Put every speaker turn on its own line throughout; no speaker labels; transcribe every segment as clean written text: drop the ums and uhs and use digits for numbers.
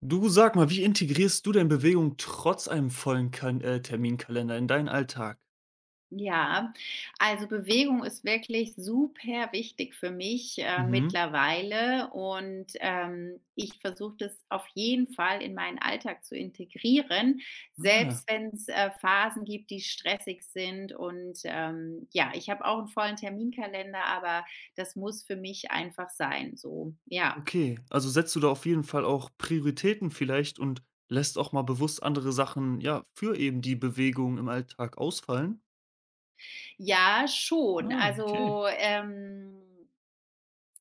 Du sag mal, wie integrierst du denn Bewegung trotz einem vollen kan Terminkalender in deinen Alltag?
Ja, also Bewegung ist wirklich super wichtig für mich,
Mhm.
mittlerweile und, ich versuche das auf jeden Fall in meinen Alltag zu integrieren,
Ah,
selbst wenn's, Phasen gibt, die stressig sind und, ja, ich habe auch einen vollen Terminkalender, aber das muss für mich einfach sein so, ja.
okay. Also setzt du da auf jeden Fall auch Prioritäten vielleicht und lässt auch mal bewusst andere Sachen, ja, für eben die Bewegung im Alltag ausfallen?
Ja, schon.
Ah, okay.
Also,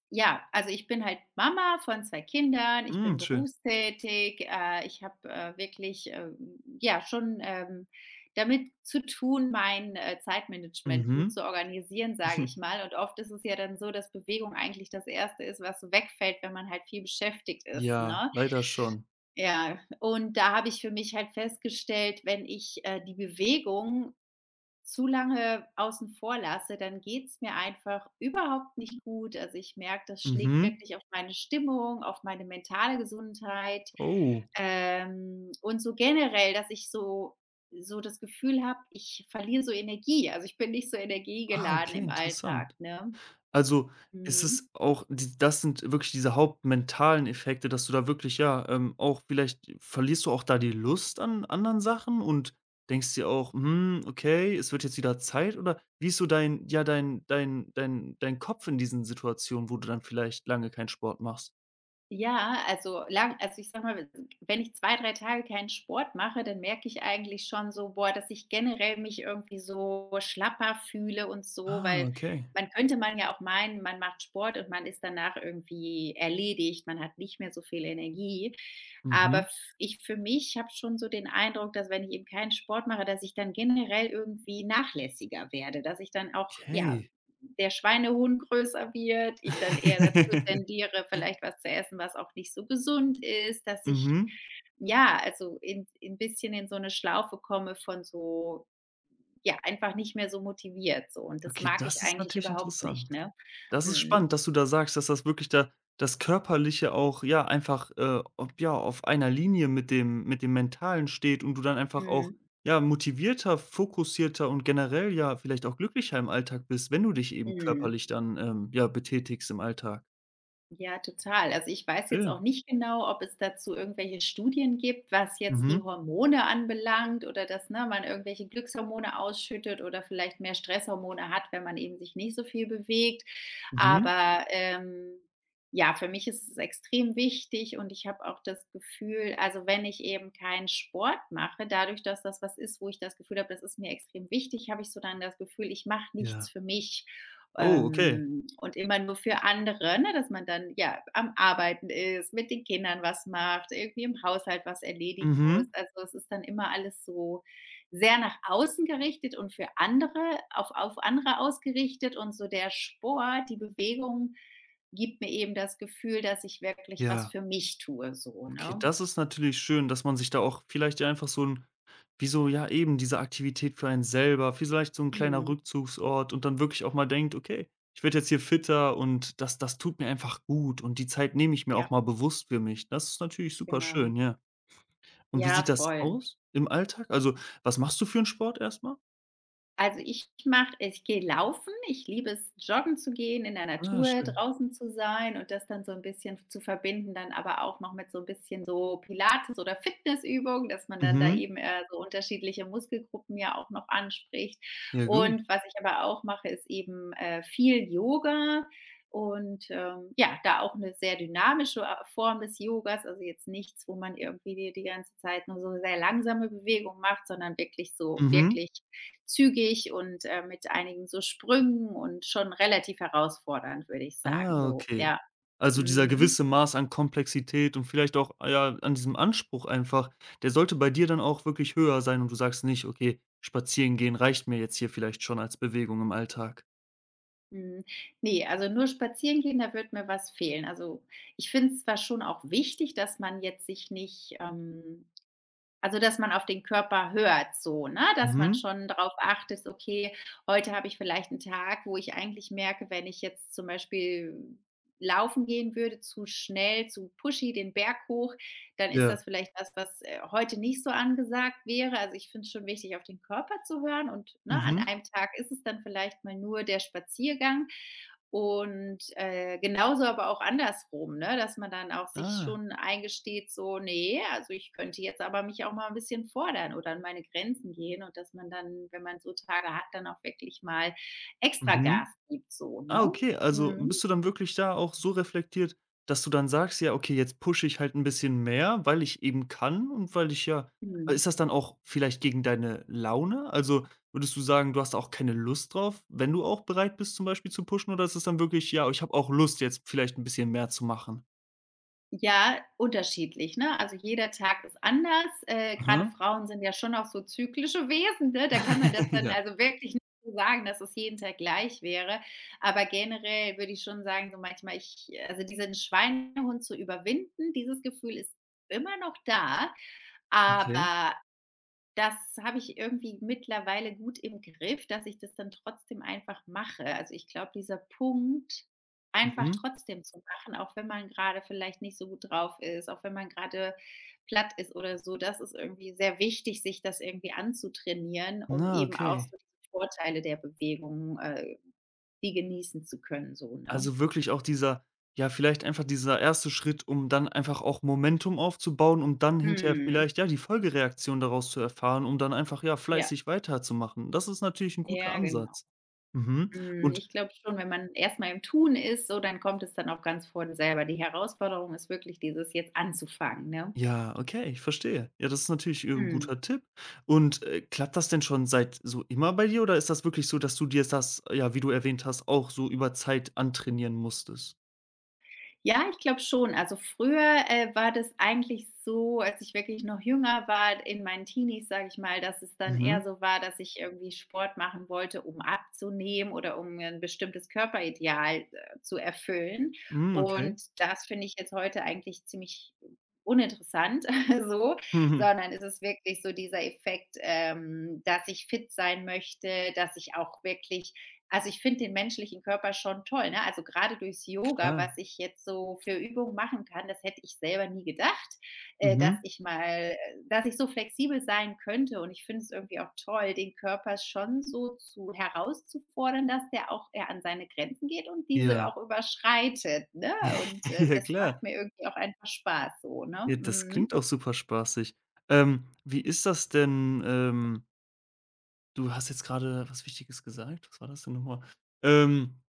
ja, also ich bin halt Mama von 2 Kindern, ich bin
Mhm, schön.
berufstätig, ich habe, wirklich, ja, schon, damit zu tun, mein, Zeitmanagement gut
Mhm.
zu organisieren, sage ich mal. Und oft ist es ja dann so, dass Bewegung eigentlich das Erste ist, was so wegfällt, wenn man halt viel beschäftigt ist,
Ja,
ne?
leider schon.
Ja, und da habe ich für mich halt festgestellt, wenn ich, die Bewegung zu lange außen vor lasse, dann geht's mir einfach überhaupt nicht gut. Also, ich merke, das schlägt
Mhm.
wirklich auf meine Stimmung, auf meine mentale Gesundheit,
Oh.
und so generell, dass ich so das Gefühl habe, ich verliere so Energie. Also, ich bin nicht so
Ah,
energiegeladen
okay,
im Alltag,
interessant.
ne?
Also, ist
Mhm.
es auch die das sind wirklich diese hauptmentalen Effekte, dass du da wirklich, ja, auch vielleicht verlierst du auch da die Lust an anderen Sachen und denkst dir auch: „Hm, okay, es wird jetzt wieder Zeit“, oder wie ist so dein ja, dein Kopf in diesen Situationen, wo du dann vielleicht lange keinen Sport machst?
Ja, also lang also ich sage mal, wenn ich 2 3 Tage keinen Sport mache, dann merke ich eigentlich schon so, boah, dass ich generell mich irgendwie so schlapper fühle und so,
Ah,
weil
okay.
man könnte man ja auch meinen, man macht Sport und man ist danach irgendwie erledigt, man hat nicht mehr so viel Energie. Aber
Mhm,
f ich für mich habe schon so den Eindruck, dass wenn ich eben keinen Sport mache, dass ich dann generell irgendwie nachlässiger werde, dass ich dann auch, ja,
okay.
der Schweinehund größer wird, ich dann eher dazu tendiere, vielleicht was zu essen, was auch nicht so gesund ist, dass ich
Mhm.
ja, also in 'n bisschen in so eine Schlaufe komme von so ja, einfach nicht mehr so motiviert so und das
Okay,
mag
das
ich
ist
eigentlich
natürlich
überhaupt nicht,
interessant.
ne?
Das ist
Mhm.
spannend, dass du da sagst, dass das wirklich da das Körperliche auch, ja, einfach, auf einer Linie mit dem Mentalen steht und du dann einfach auch,
Mhm.
ja, motivierter, fokussierter und generell ja vielleicht auch glücklicher im Alltag bist, wenn du dich eben
Mhm.
körperlich dann, ja, betätigst im Alltag.
Ja, total. Also, ich weiß jetzt auch
Schön.
nicht genau, ob es dazu irgendwelche Studien gibt, was jetzt die
Mhm.
Hormone anbelangt oder dass, ne, man irgendwelche Glückshormone ausschüttet oder vielleicht mehr Stresshormone hat, wenn man eben sich nicht so viel bewegt.
Mhm.
Aber, ja, für mich ist es extrem wichtig und ich habe auch das Gefühl also, wenn ich eben keinen Sport mache, dadurch, dass das was ist, wo ich das Gefühl habe, das ist mir extrem wichtig, habe ich so dann das Gefühl, ich mache nichts
Ja.
für mich.
Oh, okay.
Und immer nur für andere, ne, dass man dann, ja, am Arbeiten ist, mit den Kindern was macht, irgendwie im Haushalt was erledigen muss.
Mhm.
Also, es ist dann immer alles so sehr nach außen gerichtet und für andere auf andere ausgerichtet und so der Sport, die Bewegung gibt mir eben das Gefühl, dass ich wirklich was
Ja.
für mich tue so,
Okay,
ne?
das ist natürlich schön, dass man sich da auch vielleicht ja einfach so ein, wie so ja eben diese Aktivität für einen selber, vielleicht so ein kleiner
Mhm.
Rückzugsort und dann wirklich auch mal denkt: „Okay, ich werde jetzt hier fitter und das tut mir einfach gut und die Zeit nehme ich mir auch
Ja,
mal bewusst für mich.“ Das ist natürlich super schön,
genau.
ja. Und wie
Ja,
sieht das
voll.
aus im Alltag? Also, was machst du für einen Sport erstmal?
Also, ich gehe laufen. Ich liebe es, joggen zu gehen, in der
Ah,
Natur
schön.
draußen zu sein und das dann so ein bisschen zu verbinden, dann aber auch noch mit so ein bisschen so Pilates oder Fitnessübungen, dass man dann da
Mhm.
eben, so unterschiedliche Muskelgruppen ja auch noch anspricht.
Ja, gut.
Und was ich aber auch mache, ist eben, viel Yoga und, ja, da auch eine sehr dynamische, Form des Yogas, also jetzt nichts, wo man irgendwie die ganze Zeit nur so sehr langsame Bewegung macht, sondern wirklich so
Mhm.
wirklich zügig und, mit einigen so Sprüngen und schon relativ herausfordernd, würde ich sagen,
Ah,
so,
okay.
ja.
Also, dieser
Mhm.
gewisse Maß an Komplexität und vielleicht auch, ah ja, an diesem Anspruch einfach, der sollte bei dir dann auch wirklich höher sein und du sagst nicht: „Okay, spazieren gehen reicht mir jetzt hier vielleicht schon als Bewegung im Alltag.“
Mhm. Ne, also nur spazieren gehen, da wird mir was fehlen. Also, ich finde es zwar schon auch wichtig, dass man jetzt sich nicht, also, dass man auf den Körper hört so, ne, dass man
Mhm.
schon drauf achtet: „Okay, heute habe ich vielleicht einen Tag, wo ich eigentlich merke, wenn ich jetzt zum Beispiel laufen gehen würde, zu schnell, zu pushy den Berg hoch, dann ist
Ja.
das vielleicht was, was, heute nicht so angesagt wäre. Also, ich finde es schon wichtig, auf den Körper zu hören und, ne, an
Mhm.
einem Tag ist es dann vielleicht mal nur der Spaziergang und, genauso aber auch andersrum, ne, dass man dann auch sich
Ah.
schon eingesteht so: nee, also, ich könnte jetzt aber mich auch mal ein bisschen fordern oder an meine Grenzen gehen“ und dass man dann, wenn man so Tage hat, dann auch wirklich mal extra Gas
Mhm.
gibt so,
Ah,
ne?
okay, also
Mhm.
bist du dann wirklich da auch so reflektiert, dass du dann sagst: „Ja, okay, jetzt pushe ich halt ein bisschen mehr, weil ich eben kann und weil ich ja“
Mhm.
ist das dann auch vielleicht gegen deine Laune? Also, würdest du sagen, du hast auch keine Lust drauf, wenn du auch bereit bist, zum Beispiel zu pushen, oder ist es dann wirklich: „Ja, ich habe auch Lust, jetzt vielleicht ein bisschen mehr zu machen?“
Ja, unterschiedlich, ne? Also, jeder Tag ist anders. Grade
Aha.
Frauen sind ja schon auch so zyklische Wesen, ne? Da kann man das dann
Ja.
also wirklich nicht so sagen, dass es jeden Tag gleich wäre. Aber generell würde ich schon sagen, so manchmal ich also diesen Schweinehund zu überwinden, dieses Gefühl ist immer noch da,
Okay.
aber das habe ich irgendwie mittlerweile gut im Griff, dass ich das dann trotzdem einfach mache. Also, ich glaube, dieser Punkt, einfach
Mhm.
trotzdem zu machen, auch wenn man gerade vielleicht nicht so gut drauf ist, auch wenn man gerade platt ist oder so, das ist irgendwie sehr wichtig, sich das irgendwie anzutrainieren, um
Na,
eben auch
okay.
so die Vorteile der Bewegung, die genießen zu können so, ne?
Also wirklich auch dieser ja, vielleicht einfach dieser erste Schritt, um dann einfach auch Momentum aufzubauen, um dann hinterher
Mhm.
vielleicht, ja, die Folgereaktion daraus zu erfahren, um dann einfach, ja,
Ja.
fleißig weiterzumachen. Das ist natürlich ein guter
Ja, genau.
Ansatz. Mhm.
Hm,
Und
ich glaube schon, wenn man erst mal im Tun ist, so, dann kommt es dann auch ganz von selber. Die Herausforderung ist wirklich dieses jetzt anzufangen, ne?
ja, okay, ich verstehe. Ja, das ist natürlich, 'n
Mhm.
guter Tipp. Und, klappt das denn schon seit so immer bei dir oder ist das wirklich so, dass du dir das, ja, wie du erwähnt hast, auch so über Zeit antrainieren musstest?
Ja, ich glaube schon. Also früher, war das eigentlich so, als ich wirklich noch jünger war, in meinen Teenies, sage ich mal, dass es dann
Mhm.
eher so war, dass ich irgendwie Sport machen wollte, um abzunehmen oder um ein bestimmtes Körperideal, zu erfüllen.
Hm, okay.
Und das finde ich jetzt heute eigentlich ziemlich uninteressant so, sondern es ist wirklich so dieser Effekt, dass ich fit sein möchte, dass ich auch wirklich also, ich finde den menschlichen Körper schon toll, ne? Also, gerade durchs Yoga,
Klar.
was ich jetzt so für Übungen machen kann, das hätte ich selber nie gedacht, äh, dass
Mhm.
ich mal äh, dass ich so flexibel sein könnte. Und ich finde es irgendwie auch toll, den Körper schon so zu herauszufordern, dass der auch er an seine Grenzen geht und diese
Ja.
auch überschreitet, ne? Und,
Ja,
das
klar.
macht mir irgendwie auch einfach Spaß so, ne?
Ja, das klingt
Mhm.
auch super spaßig. Wie ist das denn? Du hast jetzt gerade was Wichtiges gesagt. Was war das denn nochmal? Ähm,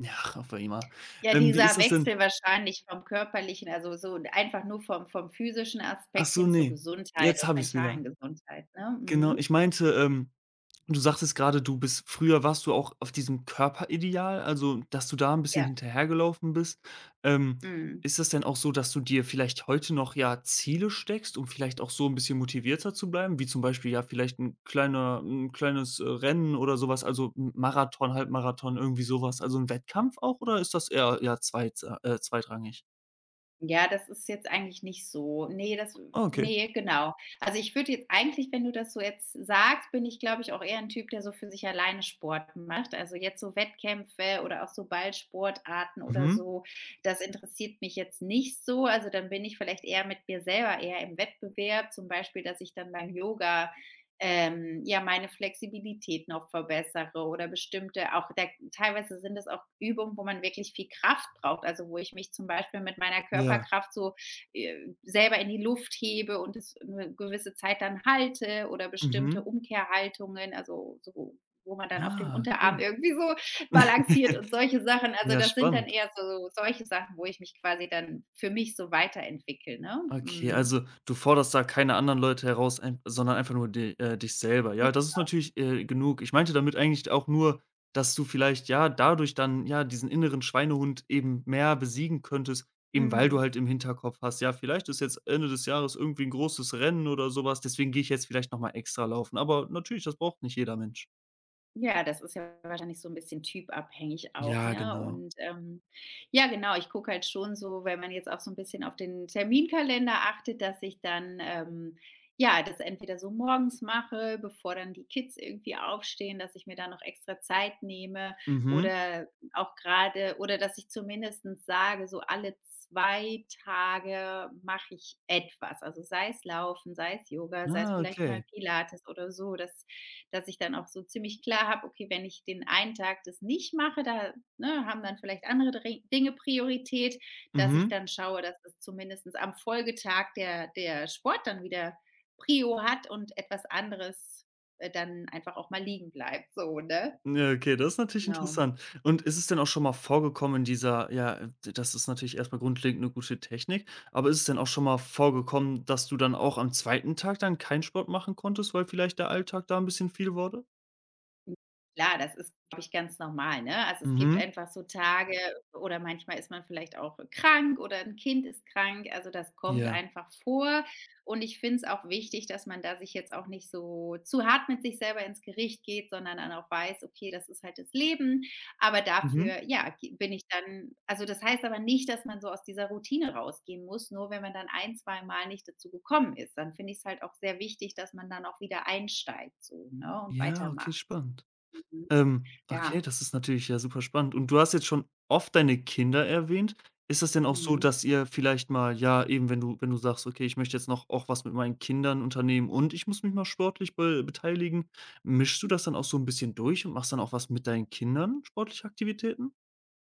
ja, auf einmal.
Ja,
Wie ist
dieser
das denn?
Wechsel wahrscheinlich vom Körperlichen, also so einfach nur vom physischen
Ach
Aspekt
so,
hin zur
nee.
Gesundheit
Jetzt
und
habe ich's wieder.
mentalen Gesundheit, ne?
Genau,
Mhm.
ich meinte, du sagtest gerade, du bist früher warst du auch auf diesem Körperideal, also, dass du da 'n bisschen
Ja,
hinterhergelaufen bist. Ähm,
mhm.
ist das denn auch so, dass du dir vielleicht heute noch, ja, Ziele steckst, um vielleicht auch so 'n bisschen motivierter zu bleiben, wie zum Beispiel, ja, vielleicht 'n kleines, Rennen oder so was, also, M Marathon, Halbmarathon, irgendwie so was, also, 'n Wettkampf auch oder ist das eher, ja, zweitsa zweitrangig?
Ja, das ist jetzt eigentlich nicht so. Ne, das
Ah, okay.
nee, genau. Also, ich würde jetzt eigentlich, wenn du das so jetzt sagst, bin ich, glaube ich, auch eher ein Typ, der so für sich alleine Sport macht. Also, jetzt so Wettkämpfe oder auch so Ballsportarten oder
Mhm.
so, das interessiert mich jetzt nicht so. Also, dann bin ich vielleicht eher mit mir selber eher im Wettbewerb, zum Beispiel, dass ich dann beim Yoga ja, meine Flexibilität noch verbessere oder bestimmte auch da teilweise sind es auch Übungen, wo man wirklich viel Kraft braucht, also wo ich mich zum Beispiel mit meiner
Ja.
Körperkraft so, äh, selber in die Luft hebe und es 'ne gewisse Zeit dann halte oder bestimmte
Mhm.
Umkehrhaltungen, also so wo man dann auf dem
Ah,
Unterarm
okay.
irgendwie so balanciert und solche Sachen. Also,
Ja,
das sind dann
spannend.
eher so solche Sachen, wo ich mich quasi dann für mich so weiterentwickle, ne?
Okay,
Mhm.
also du forderst da keine anderen Leute heraus, ein sondern einfach nur di dich selber. Ja, das ist natürlich, genug. Ich meinte damit eigentlich auch nur, dass du vielleicht, ja, dadurch dann, ja, diesen inneren Schweinehund eben mehr besiegen könntest, eben weil du
Mhm.
halt im Hinterkopf hast: „Ja, vielleicht ist jetzt Ende des Jahres irgendwie ein großes Rennen oder sowas. Deswegen gehe ich jetzt vielleicht noch mal extra laufen.“ Aber natürlich, das braucht nicht jeder Mensch.
Ja, das ist ja wahrscheinlich so ein bisschen typabhängig auch,
Ja,
ne?
genau.
Und, ja genau, ich gucke halt schon so, wenn man jetzt auch so ein bisschen auf den Terminkalender achtet, dass ich dann, ja, das entweder so morgens mache, bevor dann die Kids irgendwie aufstehen, dass ich mir da noch extra Zeit nehme
Mhm.
oder auch gerade oder dass ich zumindestens sage, so alle 2 Tage mache ich etwas. Also, sei es Laufen, sei es Yoga, sei es
Ah,
vielleicht mal
okay.
Pilates oder so, dass ich dann auch so ziemlich klar habe, okay, wenn ich den einen Tag das nicht mache, da ne, haben dann vielleicht andere Dinge Priorität, dass ich
Mhm.
dann schaue, dass es zumindest am Folgetag der Sport dann wieder Prio hat und etwas anderes dann einfach auch mal liegen bleibt. So, ne?
Ja, okay, das ist natürlich
Genau.
interessant. Und ist es denn auch schon mal vorgekommen in dieser ja, d das ist natürlich erstmal grundlegend eine gute Technik, aber ist es denn auch schon mal vorgekommen, dass du dann auch am zweiten Tag dann keinen Sport machen konntest, weil vielleicht der Alltag da ein bisschen viel wurde?
Hm, klar, das ist, glaube ich, ganz normal, ne? Also, es gibt
Mhm.
einfach so Tage oder manchmal ist man vielleicht auch krank oder ein Kind ist krank. Also, das kommt
Ja.
einfach vor und ich finde es auch wichtig, dass man da sich jetzt auch nicht so zu hart mit sich selber ins Gericht geht, sondern dann auch weiß: „Okay, das ist halt das Leben.“ Aber
Mhm.
dafür, ja, ge bin ich dann also, das heißt aber nicht, dass man so aus dieser Routine rausgehen muss, nur wenn man dann ein zwei Mal nicht dazu gekommen ist. Dann finde ich es halt auch sehr wichtig, dass man dann auch wieder einsteigt so, ne, und
Ja, okay,
weitermacht.
spannend.
Mhm. Ja.
Okay, das ist natürlich ja super spannend. Und du hast jetzt schon oft deine Kinder erwähnt. Ist das denn auch so,
Mhm.
dass ihr vielleicht mal, ja, eben wenn du sagst: „Okay, ich möchte jetzt noch auch was mit meinen Kindern unternehmen und ich muss mich mal sportlich be beteiligen“, mischst du das dann auch so ein bisschen durch und machst dann auch was mit deinen Kindern, sportliche Aktivitäten?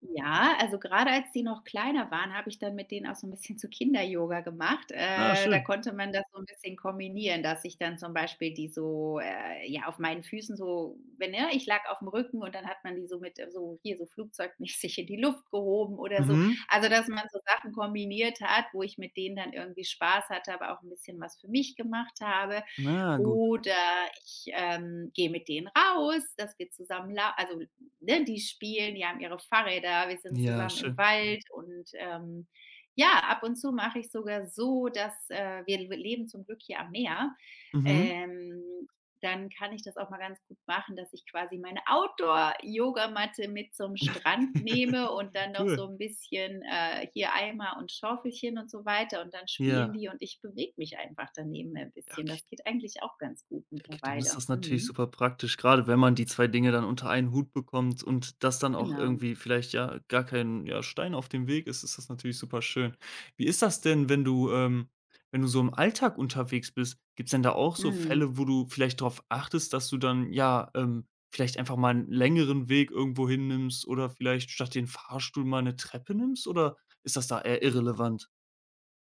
Ja, also gerade als die noch kleiner waren, habe ich dann mit denen auch so ein bisschen zu Kinder-Yoga gemacht.
Ah,
Da
schön.
konnte man das so ein bisschen kombinieren, dass ich dann zum Beispiel die so, ja, auf meinen Füßen so wenn ja, ich lag auf dem Rücken und dann hat man die so mit, so hier so flugzeugmäßig in die Luft gehoben oder so.
Mhm.
Also, dass man so Sachen kombiniert hat, wo ich mit denen dann irgendwie Spaß hatte, aber auch ein bisschen was für mich gemacht habe.
Na gut.
Oder ich, gehe mit denen raus, dass wir zusammen lau also ne, die spielen, die haben ihre Fahrräder, wir sind
Ja,
zusammen im
schön.
Wald und, ja, ab und zu mache ich sogar so, dass, wir le leben zum Glück hier am Meer,
Mhm.
ähm, dann kann ich das auch mal ganz gut machen, dass ich quasi meine Outdoor-Yogamatte mit zum Strand nehme und dann noch
Cool.
so ein bisschen, hier Eimer und Schaufelchen und so weiter und dann spielen
Ja.
die und ich bewege mich einfach daneben ein
Ja,
bisschen.
okay.
Das geht eigentlich auch ganz gut
Okay, dann ist
mittlerweile.
das natürlich
Mhm,
super praktisch, gerade wenn man die 2 Dinge dann unter einen Hut bekommt und das dann auch
genau.
irgendwie vielleicht, ja, gar kein, ja, Stein auf dem Weg ist, ist das natürlich super schön. Wie ist das denn, wenn du wenn du so im Alltag unterwegs bist, gibt es denn da auch so
Mhm.
Fälle, wo du vielleicht darauf achtest, dass du dann, ja, vielleicht einfach mal einen längeren Weg irgendwo hin nimmst oder vielleicht statt den Fahrstuhl mal eine Treppe nimmst oder ist das da eher irrelevant?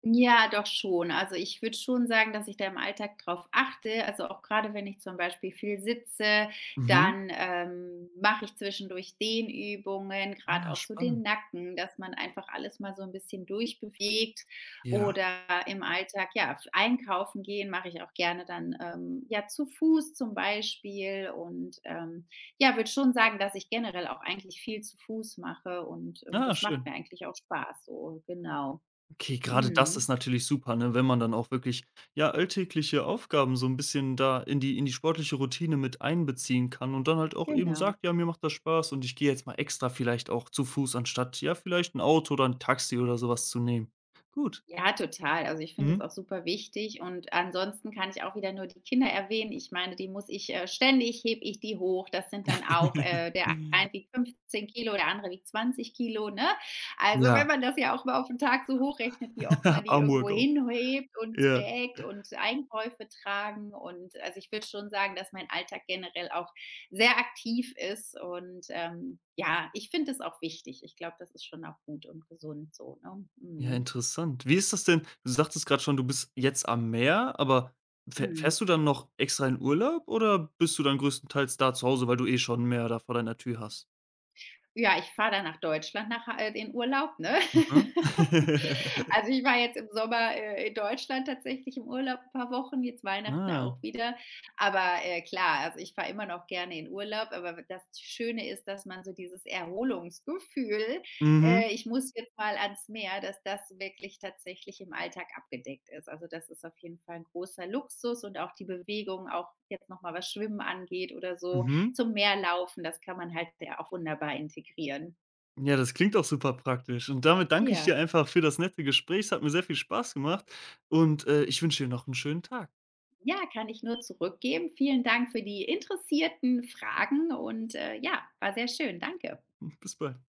Ja, doch schon. Also, ich würde schon sagen, dass ich da im Alltag drauf achte. Also, auch gerade wenn ich zum Beispiel viel sitze,
Mhm.
dann, mache ich zwischendurch Dehnübungen, gerade
Ah,
auch so
spannend.
den Nacken, dass man einfach alles mal so ein bisschen durchbewegt
Ja.
oder im Alltag, ja, f einkaufen gehen mache ich auch gerne dann, ja, zu Fuß zum Beispiel und, ja, würde schon sagen, dass ich generell auch eigentlich viel zu Fuß mache und,
Ah,
das macht
schön.
mir eigentlich auch Spaß so, genau.
Okay, gerade das ist
Mhm.
natürlich super, ne, wenn man dann auch wirklich, ja, alltägliche Aufgaben so ein bisschen da in die sportliche Routine mit einbeziehen kann und dann halt auch eben
Genau.
sagt: „Ja, mir macht das Spaß und ich gehe jetzt mal extra vielleicht auch zu Fuß, anstatt, ja, vielleicht ein Auto oder ein Taxi oder sowas zu nehmen.“ Gut.
Ja, total. Also, ich finde das
Mhm.
auch super wichtig und ansonsten kann ich auch wieder nur die Kinder erwähnen. Ich meine, die muss ich, ständig hebe ich die hoch. Das sind dann auch, der eine wiegt 15 Kilo, der andere wiegt 20 Kilo, ne? Also, wenn
Ja.
man das ja auch mal auf den Tag so hochrechnet, wie oft man die
Arm
irgendwo
Workout.
hinhebt und
Ja.
trägt und Einkäufe tragen und also, ich würde schon sagen, dass mein Alltag generell auch sehr aktiv ist und, ja, ich finde es auch wichtig. Ich glaube, das ist schon auch gut und gesund so, ne?
Ja,
Mhm.
interessant. Wie ist das denn? Du sagtest gerade schon, du bist jetzt am Meer, aber
Mhm.
fährst du dann noch extra in Urlaub oder bist du dann größtenteils da zu Hause, weil du eh schon 'n Meer da vor deiner Tür hast?
Ja, ich fahre dann nach Deutschland nach ha in Urlaub, ne?
Mhm.
Also, ich war jetzt im Sommer, in Deutschland tatsächlich im Urlaub ein paar Wochen, jetzt Weihnachten
Ah.
auch wieder. Aber, klar, also, ich fahre immer noch gerne in Urlaub, aber das Schöne ist, dass man so dieses Erholungsgefühl,
Mhm,
ich muss jetzt mal ans Meer, dass das wirklich tatsächlich im Alltag abgedeckt ist. Also, das ist auf jeden Fall ein großer Luxus und auch die Bewegung, auch jetzt noch mal was Schwimmen angeht oder so,
mhm.
zum Meer laufen, das kann man halt ja auch wunderbar integrieren.
Ja, das klingt auch super praktisch. Und damit danke ich dir
Ja,
einfach für das nette Gespräch. Es hat mir sehr viel Spaß gemacht und, ich wünsche dir noch einen schönen Tag.
ja, kann ich nur zurückgeben. Vielen Dank für die interessierten Fragen und, ja, war sehr schön. Danke.
Bis bald.